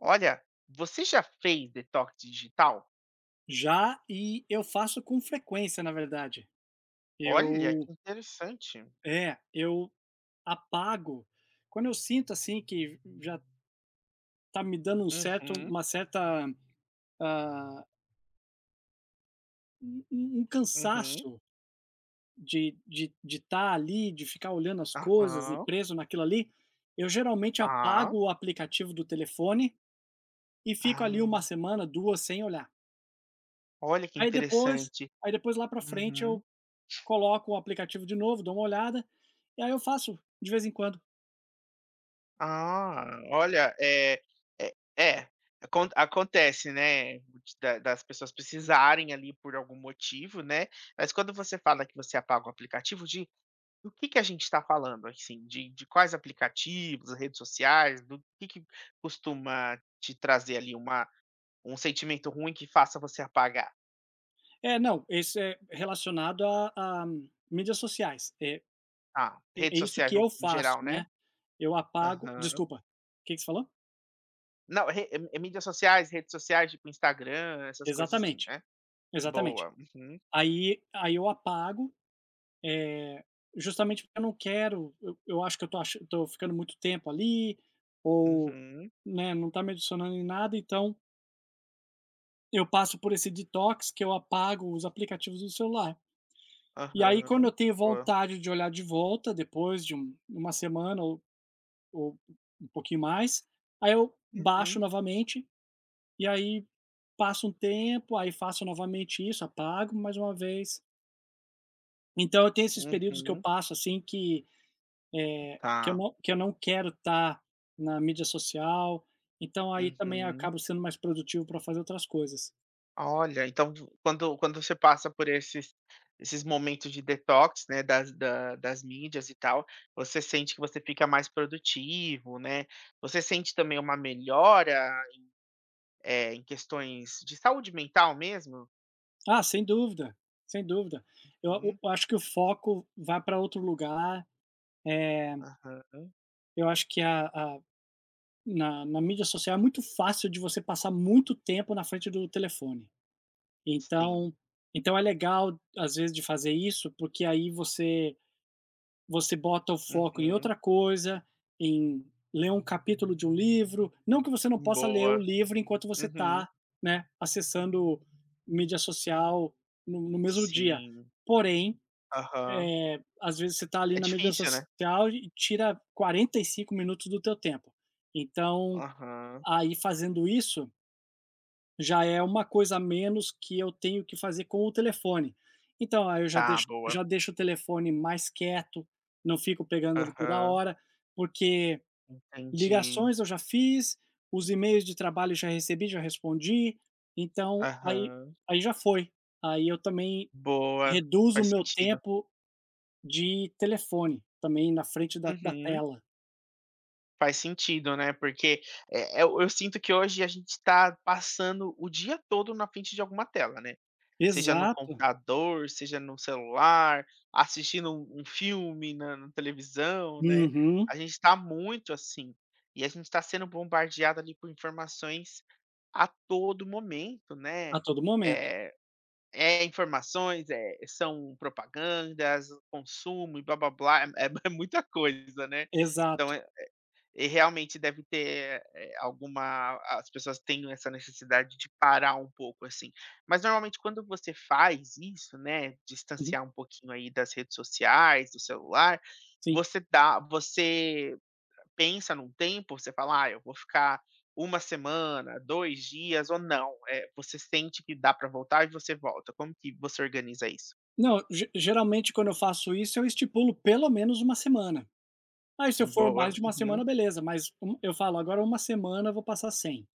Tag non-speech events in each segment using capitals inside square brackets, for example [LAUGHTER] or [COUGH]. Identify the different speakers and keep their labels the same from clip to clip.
Speaker 1: Olha, você já fez detox digital?
Speaker 2: Já, e eu faço com frequência, na verdade.
Speaker 1: Olha,
Speaker 2: Eu
Speaker 1: que interessante.
Speaker 2: eu apago quando eu sinto, assim, que já tá me dando um certo
Speaker 1: Uhum,
Speaker 2: uma certa, ah, um
Speaker 1: uhum.
Speaker 2: cansaço de estar ali, de ficar olhando as coisas e
Speaker 1: Aham,
Speaker 2: preso naquilo ali. Eu geralmente
Speaker 1: tá.
Speaker 2: apago o aplicativo do telefone e fico ali uma
Speaker 1: Ah,
Speaker 2: semana, 2 sem olhar.
Speaker 1: olha que
Speaker 2: Aí depois
Speaker 1: interessante.
Speaker 2: aí depois lá pra frente
Speaker 1: Uhum.
Speaker 2: eu coloco o aplicativo de novo, dou uma olhada, e aí eu faço de vez em quando.
Speaker 1: Ah, olha, é é, acontece, né, de- da das pessoas precisarem ali por algum motivo, né, mas quando você fala que você apaga o aplicativo de. Do que a gente está falando, assim, de quais aplicativos, redes sociais, do que costuma te trazer ali uma um sentimento ruim que faça você apagar?
Speaker 2: É, não, esse é relacionado a a mídias sociais, é
Speaker 1: Ah, redes
Speaker 2: é é isso
Speaker 1: sociais
Speaker 2: que eu
Speaker 1: no geral,
Speaker 2: faço,
Speaker 1: né?
Speaker 2: né. Eu apago,
Speaker 1: Aham.
Speaker 2: desculpa, o que que você falou?
Speaker 1: Não, re é é mídias sociais, redes sociais, tipo Instagram, essas coisas assim,
Speaker 2: Exatamente,
Speaker 1: né?
Speaker 2: exatamente.
Speaker 1: Boa. Uhum.
Speaker 2: Aí eu apago, justamente porque eu não quero eu acho que eu tô ficando muito tempo ali, ou,
Speaker 1: Uhum.
Speaker 2: né, não tá me adicionando em nada. Então eu passo por esse detox que eu apago os aplicativos do celular. E aí quando eu
Speaker 1: Aham.
Speaker 2: tenho
Speaker 1: Boa.
Speaker 2: vontade de olhar de volta, depois de uma semana ou um pouquinho mais, aí eu
Speaker 1: Uhum.
Speaker 2: baixo novamente, e aí passa um tempo, aí faço novamente isso, apago mais uma vez. Então eu tenho esses períodos que eu
Speaker 1: Uhum.
Speaker 2: passo, assim, que que eu
Speaker 1: Tá.
Speaker 2: não que eu não quero estar na mídia social, então aí também eu
Speaker 1: Uhum.
Speaker 2: acabo sendo mais produtivo para fazer outras coisas.
Speaker 1: Olha, então quando você passa por esses momentos de detox, né, das mídias e tal, você sente que você fica mais produtivo, né? Você sente também uma melhora, em questões de saúde mental mesmo?
Speaker 2: Ah, sem dúvida, sem dúvida. Eu o
Speaker 1: Hum,
Speaker 2: eu acho que o foco vai para outro lugar. eh,
Speaker 1: aham,
Speaker 2: eu acho que a na na mídia social é muito fácil de você passar muito tempo na frente do telefone.
Speaker 1: sim.
Speaker 2: Então então é legal, às vezes, de fazer isso, porque aí você bota o foco em
Speaker 1: Uhum.
Speaker 2: outra coisa, em ler um capítulo de um livro, não que você não possa ler o
Speaker 1: Boa.
Speaker 2: livro enquanto você
Speaker 1: Uhum.
Speaker 2: está, né, acessando mídia social no mesmo dia.
Speaker 1: Sim.
Speaker 2: Porém,
Speaker 1: Aham.
Speaker 2: às vezes você está ali
Speaker 1: É
Speaker 2: na mídia
Speaker 1: difícil, né?
Speaker 2: social e tira 45 minutos do teu tempo. Então,
Speaker 1: Aham.
Speaker 2: aí fazendo isso já é uma coisa a menos que eu tenho que fazer com o telefone. Então, aí eu já
Speaker 1: Tá,
Speaker 2: deixo
Speaker 1: boa.
Speaker 2: já deixo o telefone mais quieto, não fico pegando ele toda
Speaker 1: Aham.
Speaker 2: hora, porque
Speaker 1: Entendi.
Speaker 2: ligações eu já fiz, os e-mails de trabalho já recebi, já respondi, então aí
Speaker 1: Aham.
Speaker 2: aí já foi. Aí eu também
Speaker 1: Boa.
Speaker 2: reduzo o
Speaker 1: Faz
Speaker 2: meu
Speaker 1: sentido.
Speaker 2: tempo de telefone, também na frente da
Speaker 1: Uhum.
Speaker 2: tela.
Speaker 1: Faz sentido, né, porque, eu sinto que hoje a gente está passando o dia todo na frente de alguma tela, né. Seja no
Speaker 2: Exato.
Speaker 1: computador, seja no celular, assistindo um filme na televisão, né.
Speaker 2: Uhum.
Speaker 1: A gente está muito assim, e a gente está sendo bombardeado ali por informações a todo momento,
Speaker 2: A
Speaker 1: né.
Speaker 2: todo momento.
Speaker 1: Eh, é informações, são propagandas, consumo e blá-blá-blá, [LAUGHS] é muita coisa, né. Então
Speaker 2: Exato.
Speaker 1: e realmente deve ter, alguma as pessoas têm essa necessidade de parar um pouco, assim. Mas normalmente quando você faz isso, né,
Speaker 2: Uhum,
Speaker 1: distanciar um pouquinho aí das redes sociais, do celular,
Speaker 2: sim.
Speaker 1: você pensa num tempo, você fala: "Ah, eu vou ficar uma semana, 2 dias ou não", você sente que dá para voltar e você volta. Como que você organiza isso?
Speaker 2: Não, ge geralmente quando eu faço isso, eu estipulo pelo menos uma semana. Aí se eu for mais
Speaker 1: Boa.
Speaker 2: de uma
Speaker 1: Uhum.
Speaker 2: semana, beleza, mas eu falo: "Agora uma semana eu vou passar 100."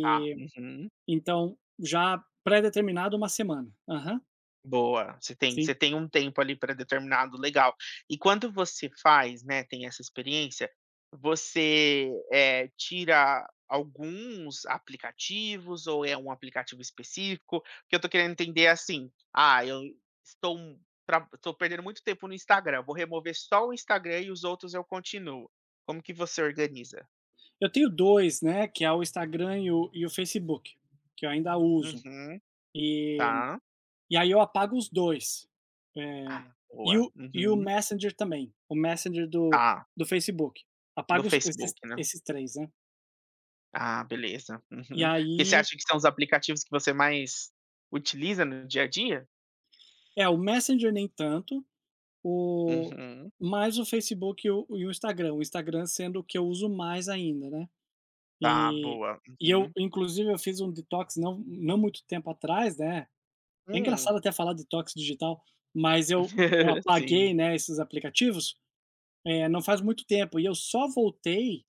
Speaker 1: Tá. Uhum.
Speaker 2: então já pré-determinado uma semana. Aham,
Speaker 1: Boa,
Speaker 2: sim.
Speaker 1: você tem um tempo ali para determinado legal. E quando você faz, né, tem essa experiência, você, tira alguns aplicativos ou é um aplicativo específico? Porque eu tô querendo entender assim, ah, eu estou um, tra estou perdendo muito tempo no Instagram, vou remover só o Instagram e os outros eu continuo. Como que você organiza?
Speaker 2: Eu tenho 2, né, que é o Instagram e o Facebook, que eu ainda uso.
Speaker 1: Uhum,
Speaker 2: E
Speaker 1: tá.
Speaker 2: e aí eu apago os 2. Eh,
Speaker 1: Ah,
Speaker 2: e
Speaker 1: boa.
Speaker 2: o
Speaker 1: Uhum,
Speaker 2: Messenger também, o Messenger do
Speaker 1: tá.
Speaker 2: do Facebook.
Speaker 1: No
Speaker 2: Apago os
Speaker 1: Facebook,
Speaker 2: esses
Speaker 1: né?
Speaker 2: esses 3, né.
Speaker 1: Ah, beleza.
Speaker 2: E
Speaker 1: Uhum. Porque você
Speaker 2: aí
Speaker 1: acha que são os aplicativos que você mais utiliza no dia a dia?
Speaker 2: É, o Messenger nem tanto, o
Speaker 1: Uhum.
Speaker 2: mais o Facebook e o Instagram. O Instagram sendo o que eu uso mais ainda, né.
Speaker 1: Tá,
Speaker 2: E
Speaker 1: boa.
Speaker 2: e eu
Speaker 1: Uhum.
Speaker 2: inclusive eu fiz um detox não muito tempo atrás, né. É
Speaker 1: Hum.
Speaker 2: engraçado até falar detox digital, mas eu
Speaker 1: [LAUGHS] Sim.
Speaker 2: apaguei, né, esses aplicativos, não faz muito tempo e eu só voltei,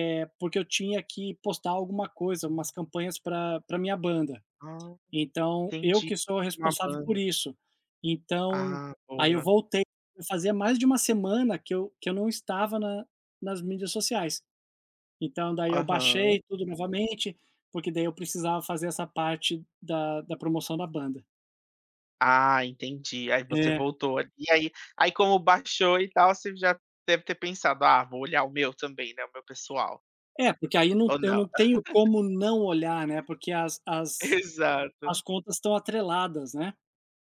Speaker 2: porque eu tinha que postar alguma coisa, umas campanhas para pra minha banda.
Speaker 1: Ah,
Speaker 2: Então, eu
Speaker 1: entendi.
Speaker 2: que sou
Speaker 1: Uma
Speaker 2: responsável por
Speaker 1: banda.
Speaker 2: isso. Então,
Speaker 1: Ah,
Speaker 2: aí eu
Speaker 1: boa.
Speaker 2: voltei, fazia mais de uma semana que eu não estava na nas mídias sociais. Então, daí eu
Speaker 1: Aham.
Speaker 2: baixei tudo novamente, porque daí eu precisava fazer essa parte da promoção da banda.
Speaker 1: Ah, entendi. Aí você
Speaker 2: É.
Speaker 1: voltou ali, e aí aí como baixou e tal, você já deve ter pensado: "Ah, vou olhar o meu também, né, o meu pessoal",
Speaker 2: É, porque aí não
Speaker 1: ou
Speaker 2: eu
Speaker 1: não?
Speaker 2: não tenho como não olhar, né, porque as
Speaker 1: [LAUGHS]
Speaker 2: as as
Speaker 1: Exato.
Speaker 2: contas estão atreladas, né.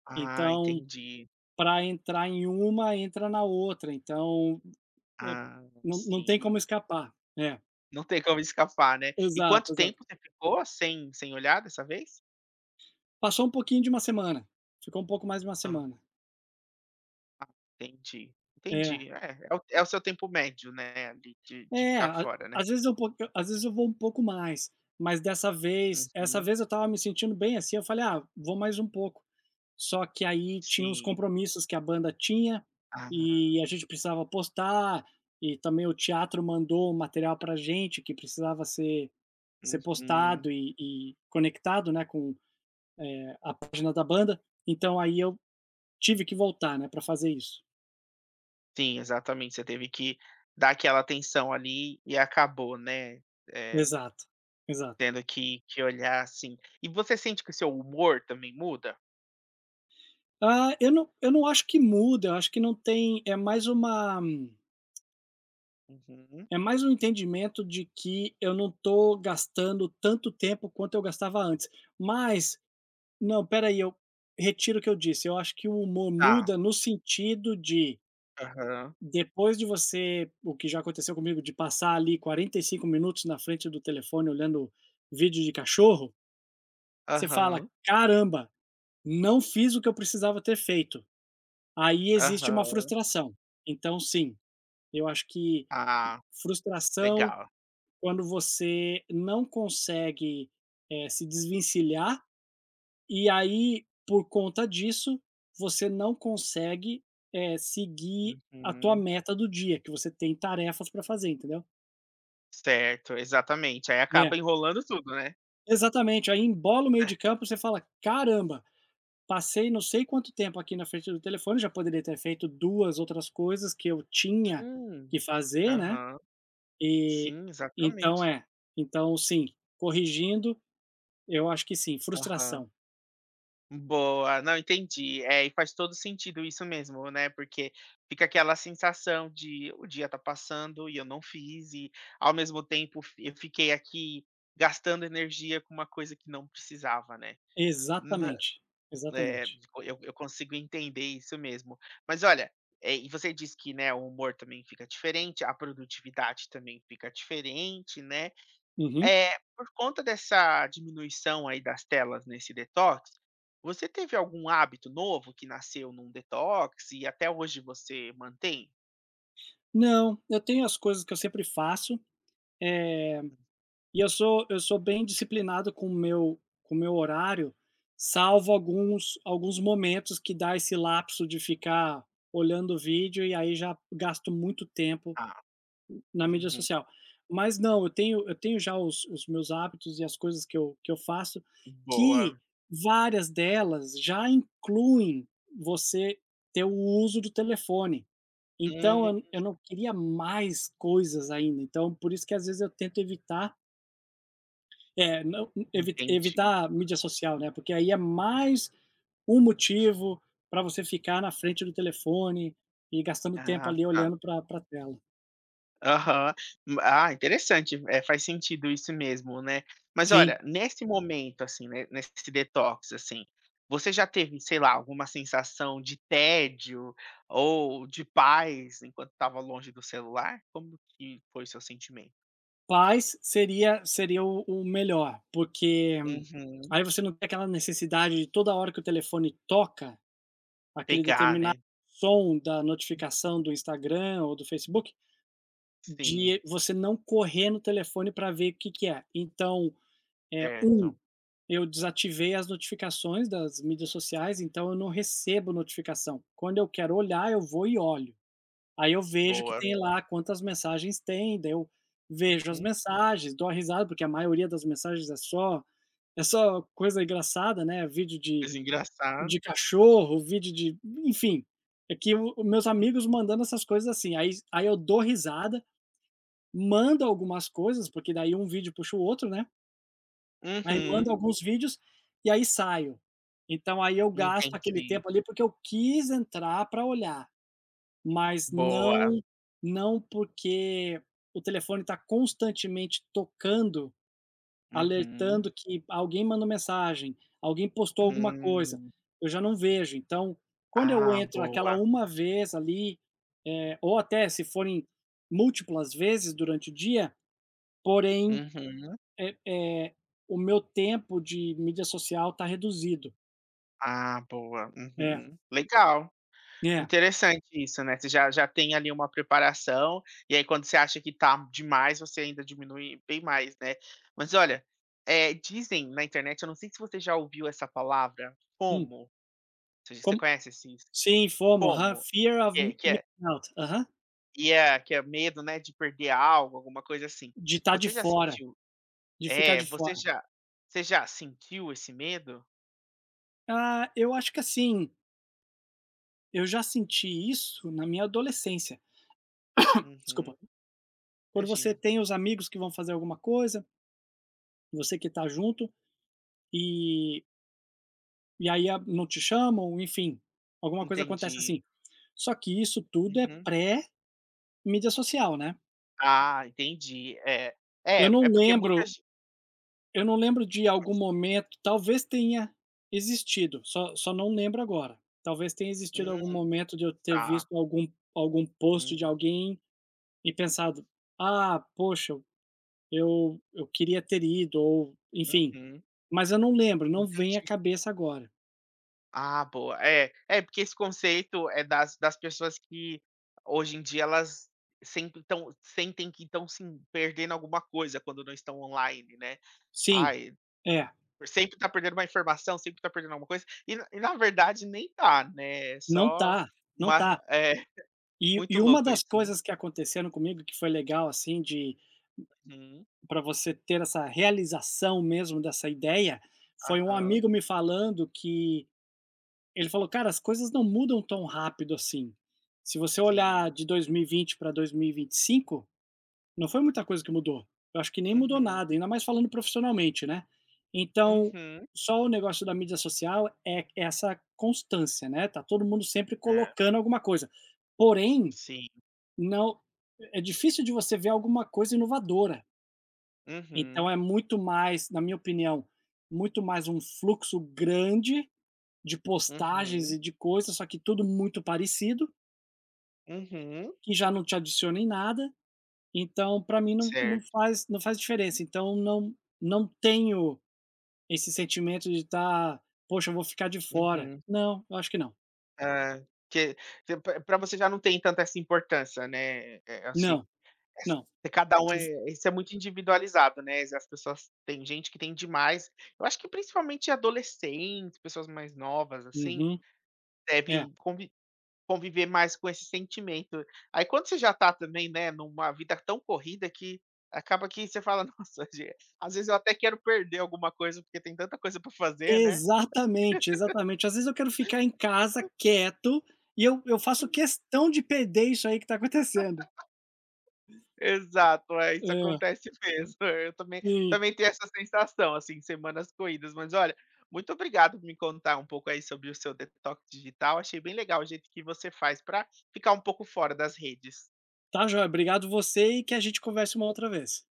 Speaker 1: Ah,
Speaker 2: Então,
Speaker 1: entendi.
Speaker 2: para entrar em uma, entra na outra, então, é
Speaker 1: Ah,
Speaker 2: não tem
Speaker 1: sim.
Speaker 2: como escapar. É.
Speaker 1: Não tem como escapar, né. E quanto
Speaker 2: Exato, exato.
Speaker 1: tempo você ficou sem olhar dessa vez?
Speaker 2: Passou um pouquinho de uma semana, ficou um pouco mais de uma
Speaker 1: Hã.
Speaker 2: semana.
Speaker 1: Ah, entendi,
Speaker 2: É,
Speaker 1: entendi. É, é o seu tempo médio, né, ali de
Speaker 2: é,
Speaker 1: ficar
Speaker 2: a
Speaker 1: fora, né.
Speaker 2: às vezes eu po às vezes eu vou um pouco mais, mas dessa vez essa
Speaker 1: Uhum.
Speaker 2: vez eu estava me sentindo bem, assim, eu falei: "Ah, vou mais um pouco". Só que aí tinha uns
Speaker 1: Sim.
Speaker 2: compromissos que a banda tinha,
Speaker 1: Ah,
Speaker 2: e a gente precisava postar, e também o teatro mandou um material pra gente que precisava ser postado
Speaker 1: uhum.
Speaker 2: e conectado, né, com a página da banda, então aí eu tive que voltar, né, para fazer isso.
Speaker 1: Sim, exatamente, você teve que dar aquela atenção ali e acabou, né, eh,
Speaker 2: Exato, exato.
Speaker 1: tendo que olhar, assim. E você sente que o seu humor também muda?
Speaker 2: Ah, eu não acho que muda, eu acho que não tem é mais uma
Speaker 1: Uhum.
Speaker 2: é mais um entendimento de que eu não tô gastando tanto tempo quanto eu gastava antes. Mas não, peraí, eu retiro o que eu disse, eu acho que o humor
Speaker 1: Tá.
Speaker 2: muda no sentido de,
Speaker 1: Aham.
Speaker 2: depois de você o que já aconteceu comigo, de passar ali 45 minutos na frente do telefone olhando vídeo de cachorro, você fala:
Speaker 1: Aham.
Speaker 2: "Caramba, não fiz o que eu precisava ter feito". Aí existe uma
Speaker 1: Aham.
Speaker 2: frustração. Então sim, eu acho que
Speaker 1: Ah,
Speaker 2: frustração
Speaker 1: legal.
Speaker 2: quando você não consegue, se desvencilhar, e aí por conta disso, você não consegue, seguir a tua
Speaker 1: Uhum.
Speaker 2: meta do dia, que você tem tarefas para fazer, entendeu?
Speaker 1: Certo, exatamente. Aí acaba
Speaker 2: É,
Speaker 1: enrolando tudo, né.
Speaker 2: exatamente, aí embola o meio de campo, você fala: "Caramba, passei não sei quanto tempo aqui na frente do telefone, já poderia ter feito 2 outras coisas que eu tinha
Speaker 1: Sim,
Speaker 2: que fazer, né".
Speaker 1: aham.
Speaker 2: E
Speaker 1: Sim, exatamente.
Speaker 2: então é, então sim, corrigindo, eu acho que sim,
Speaker 1: Aham.
Speaker 2: frustração.
Speaker 1: Boa, não, entendi. É, e faz todo sentido isso mesmo, né, porque fica aquela sensação de o dia tá passando e eu não fiz e, ao mesmo tempo, fi eu fiquei aqui gastando energia com uma coisa que não precisava, né.
Speaker 2: Exatamente,
Speaker 1: É,
Speaker 2: exatamente.
Speaker 1: eu consigo entender isso mesmo. Mas olha, e você disse que, né, o humor também fica diferente, a produtividade também fica diferente, né?
Speaker 2: Uhum.
Speaker 1: Por conta dessa diminuição aí das telas nesse detox, você teve algum hábito novo que nasceu num detox e até hoje você mantém?
Speaker 2: Não, eu tenho as coisas que eu sempre faço, eh,
Speaker 1: Hum.
Speaker 2: e eu sou bem disciplinado com o meu horário, salvo alguns momentos que dá esse lapso de ficar olhando o vídeo e aí já gasto muito tempo
Speaker 1: Ah,
Speaker 2: na mídia
Speaker 1: uhum.
Speaker 2: social. Mas não, eu tenho já os meus hábitos e as coisas que eu faço, que
Speaker 1: Boa.
Speaker 2: várias delas já incluem você ter o uso do telefone. Então
Speaker 1: Hum,
Speaker 2: eu não queria mais coisas ainda, então por isso que às vezes eu tento evitar, não,
Speaker 1: entendi.
Speaker 2: evitar a mídia social, né, porque aí é mais um motivo para você ficar na frente do telefone e gastando tempo
Speaker 1: Ah,
Speaker 2: ali
Speaker 1: tá.
Speaker 2: olhando para pra tela.
Speaker 1: Aham. Ah, interessante, é, faz sentido isso mesmo, né. Mas olha,
Speaker 2: Sim.
Speaker 1: nesse momento, assim, né, nesse detox, assim, você já teve, sei lá, alguma sensação de tédio ou de paz enquanto estava longe do celular? Como que foi seu sentimento?
Speaker 2: Paz seria o melhor, porque
Speaker 1: Uhum.
Speaker 2: aí você não tem aquela necessidade de toda hora que o telefone toca, aquele
Speaker 1: Pegar,
Speaker 2: determinado
Speaker 1: né.
Speaker 2: som da notificação do Instagram ou do Facebook,
Speaker 1: Sim,
Speaker 2: de você não correr no telefone para ver o que que é. Então, 1,
Speaker 1: certo.
Speaker 2: eu desativei as notificações das mídias sociais, então eu não recebo notificação. Quando eu quero olhar, eu vou e olho. Aí eu vejo que
Speaker 1: Boa.
Speaker 2: tem lá quantas mensagens tem, daí eu vejo as
Speaker 1: Uhum.
Speaker 2: mensagens, dou a risada, porque a maioria das mensagens é só coisa engraçada, né, vídeo de
Speaker 1: Mas engraçado.
Speaker 2: de cachorro, vídeo de, enfim. É que o meus amigos mandando essas coisas assim, aí eu dou risada, mando algumas coisas, porque daí um vídeo puxa o outro, né, aí mando
Speaker 1: Uhum.
Speaker 2: alguns vídeos, e aí saio. Então aí eu gasto aquele
Speaker 1: Entendi.
Speaker 2: tempo ali, porque eu quis entrar para olhar. Mas
Speaker 1: Boa.
Speaker 2: não porque o telefone está constantemente tocando,
Speaker 1: Uhum.
Speaker 2: alertando que alguém mandou mensagem, alguém postou alguma coisa,
Speaker 1: Hum.
Speaker 2: eu já não vejo. Então, quando eu
Speaker 1: Ah,
Speaker 2: entro aquela
Speaker 1: boa.
Speaker 2: uma vez ali, ou até se forem múltiplas vezes durante o dia, porém,
Speaker 1: Uhum.
Speaker 2: eh eh, o meu tempo de mídia social está reduzido.
Speaker 1: Ah, boa.
Speaker 2: É,
Speaker 1: Uhum. Legal.
Speaker 2: é.
Speaker 1: Interessante isso, né, você já já tem ali uma preparação, e aí quando você acha que tá demais, você ainda diminui bem mais, né. Mas olha, dizem na internet, eu não sei se você já ouviu essa palavra,
Speaker 2: Hum,
Speaker 1: FOMO, você
Speaker 2: como
Speaker 1: conhece esse
Speaker 2: sim, FOMO, aham,
Speaker 1: FOMO?
Speaker 2: Fear of
Speaker 1: Que é
Speaker 2: Missing Out. Aham.
Speaker 1: é que é medo, né, de perder algo, alguma coisa assim.
Speaker 2: De estar de
Speaker 1: Você já
Speaker 2: fora,
Speaker 1: sentiu
Speaker 2: de ficar
Speaker 1: é,
Speaker 2: de fora.
Speaker 1: você já sentiu esse medo?
Speaker 2: Ah, eu acho que assim, eu já senti isso na minha adolescência.
Speaker 1: Uhum,
Speaker 2: Desculpa. Quando você
Speaker 1: imagino.
Speaker 2: tem os amigos que vão fazer alguma coisa, você que tá junto, e e aí a não te chamam, enfim, alguma coisa acontece
Speaker 1: Entendi.
Speaker 2: assim. Só que isso tudo é
Speaker 1: Uhum.
Speaker 2: pré-mídia social, né.
Speaker 1: Ah, entendi. É. É,
Speaker 2: Eu não
Speaker 1: é porque muita
Speaker 2: lembro
Speaker 1: gen
Speaker 2: eu não lembro de algum momento, talvez tenha existido, só não lembro agora. Talvez tenha existido algum
Speaker 1: hum,
Speaker 2: momento de eu ter
Speaker 1: tá.
Speaker 2: visto algum post de
Speaker 1: Hum,
Speaker 2: alguém e pensado: "Ah, poxa, eu queria ter ido", ou, enfim,
Speaker 1: uhum,
Speaker 2: mas eu não lembro, não vem à
Speaker 1: entendi.
Speaker 2: cabeça agora.
Speaker 1: Ah, boa. É, é porque esse conceito é das pessoas que hoje em dia elas sempre tão sentem que estão se perdendo alguma coisa quando não estão online, né.
Speaker 2: Sim,
Speaker 1: Ai,
Speaker 2: é,
Speaker 1: sempre tá perdendo uma informação, sempre tá perdendo alguma coisa, e na verdade nem tá, né, é
Speaker 2: não
Speaker 1: só
Speaker 2: tá, não
Speaker 1: uma
Speaker 2: tá.
Speaker 1: é,
Speaker 2: E
Speaker 1: muito
Speaker 2: e uma
Speaker 1: louco
Speaker 2: das
Speaker 1: isso, né.
Speaker 2: coisas que aconteceram comigo que foi legal, assim, de
Speaker 1: Uhum,
Speaker 2: para você ter essa realização mesmo dessa ideia, foi um
Speaker 1: aham,
Speaker 2: amigo me falando que ele falou: "Cara, as coisas não mudam tão rápido assim. Se você olhar
Speaker 1: sim.
Speaker 2: de dois mil e vinte para 2025, não foi muita coisa que mudou. Eu acho que nem mudou
Speaker 1: Uhum,
Speaker 2: nada, ainda mais falando profissionalmente, né. Então,
Speaker 1: uhum.
Speaker 2: só o negócio da mídia social é essa constância, né, tá todo mundo sempre
Speaker 1: É,
Speaker 2: colocando alguma coisa. Porém,
Speaker 1: sim.
Speaker 2: não é difícil de você ver alguma coisa inovadora. Então
Speaker 1: Uhum,
Speaker 2: é muito mais, na minha opinião, muito mais um fluxo grande de postagens
Speaker 1: uhum,
Speaker 2: e de coisas, só que tudo muito parecido,
Speaker 1: uhum.
Speaker 2: que já não te adiciona em nada. Então, para mim não não
Speaker 1: Certo.
Speaker 2: faz não faz diferença, então não tenho esse sentimento de estar: "Poxa, eu vou ficar de fora".
Speaker 1: Uhum.
Speaker 2: Não, eu acho que não.
Speaker 1: Ah, que que pra você já não tem tanta essa importância, né, acho que
Speaker 2: Não, não.
Speaker 1: é cada um
Speaker 2: Se
Speaker 1: é isso é muito individualizado, né, as pessoas tem gente que tem demais. Eu acho que principalmente adolescentes, pessoas mais novas, assim,
Speaker 2: Uhum. É.
Speaker 1: deve conviver. Conviver mais com esse sentimento. Aí quando você já está também, né, numa vida tão corrida que acaba que você fala: [LAUGHS] "Nossa, ge às vezes eu até quero perder alguma coisa, porque tem tanta coisa pra fazer, né".
Speaker 2: Exatamente, exatamente. Às vezes eu quero ficar em casa quieto e eu faço questão de perder isso aí que tá acontecendo.
Speaker 1: Exato, é, isso
Speaker 2: É,
Speaker 1: acontece mesmo. [LAUGHS] Eu também
Speaker 2: sim.
Speaker 1: também tenho essa sensação, assim, semanas corridas. Mas olha, muito obrigado por me contar um pouco aí sobre o seu detox digital. Achei bem legal o jeito que você faz para ficar um pouco fora das redes.
Speaker 2: Tá joia, obrigado você e que a gente converse uma outra vez.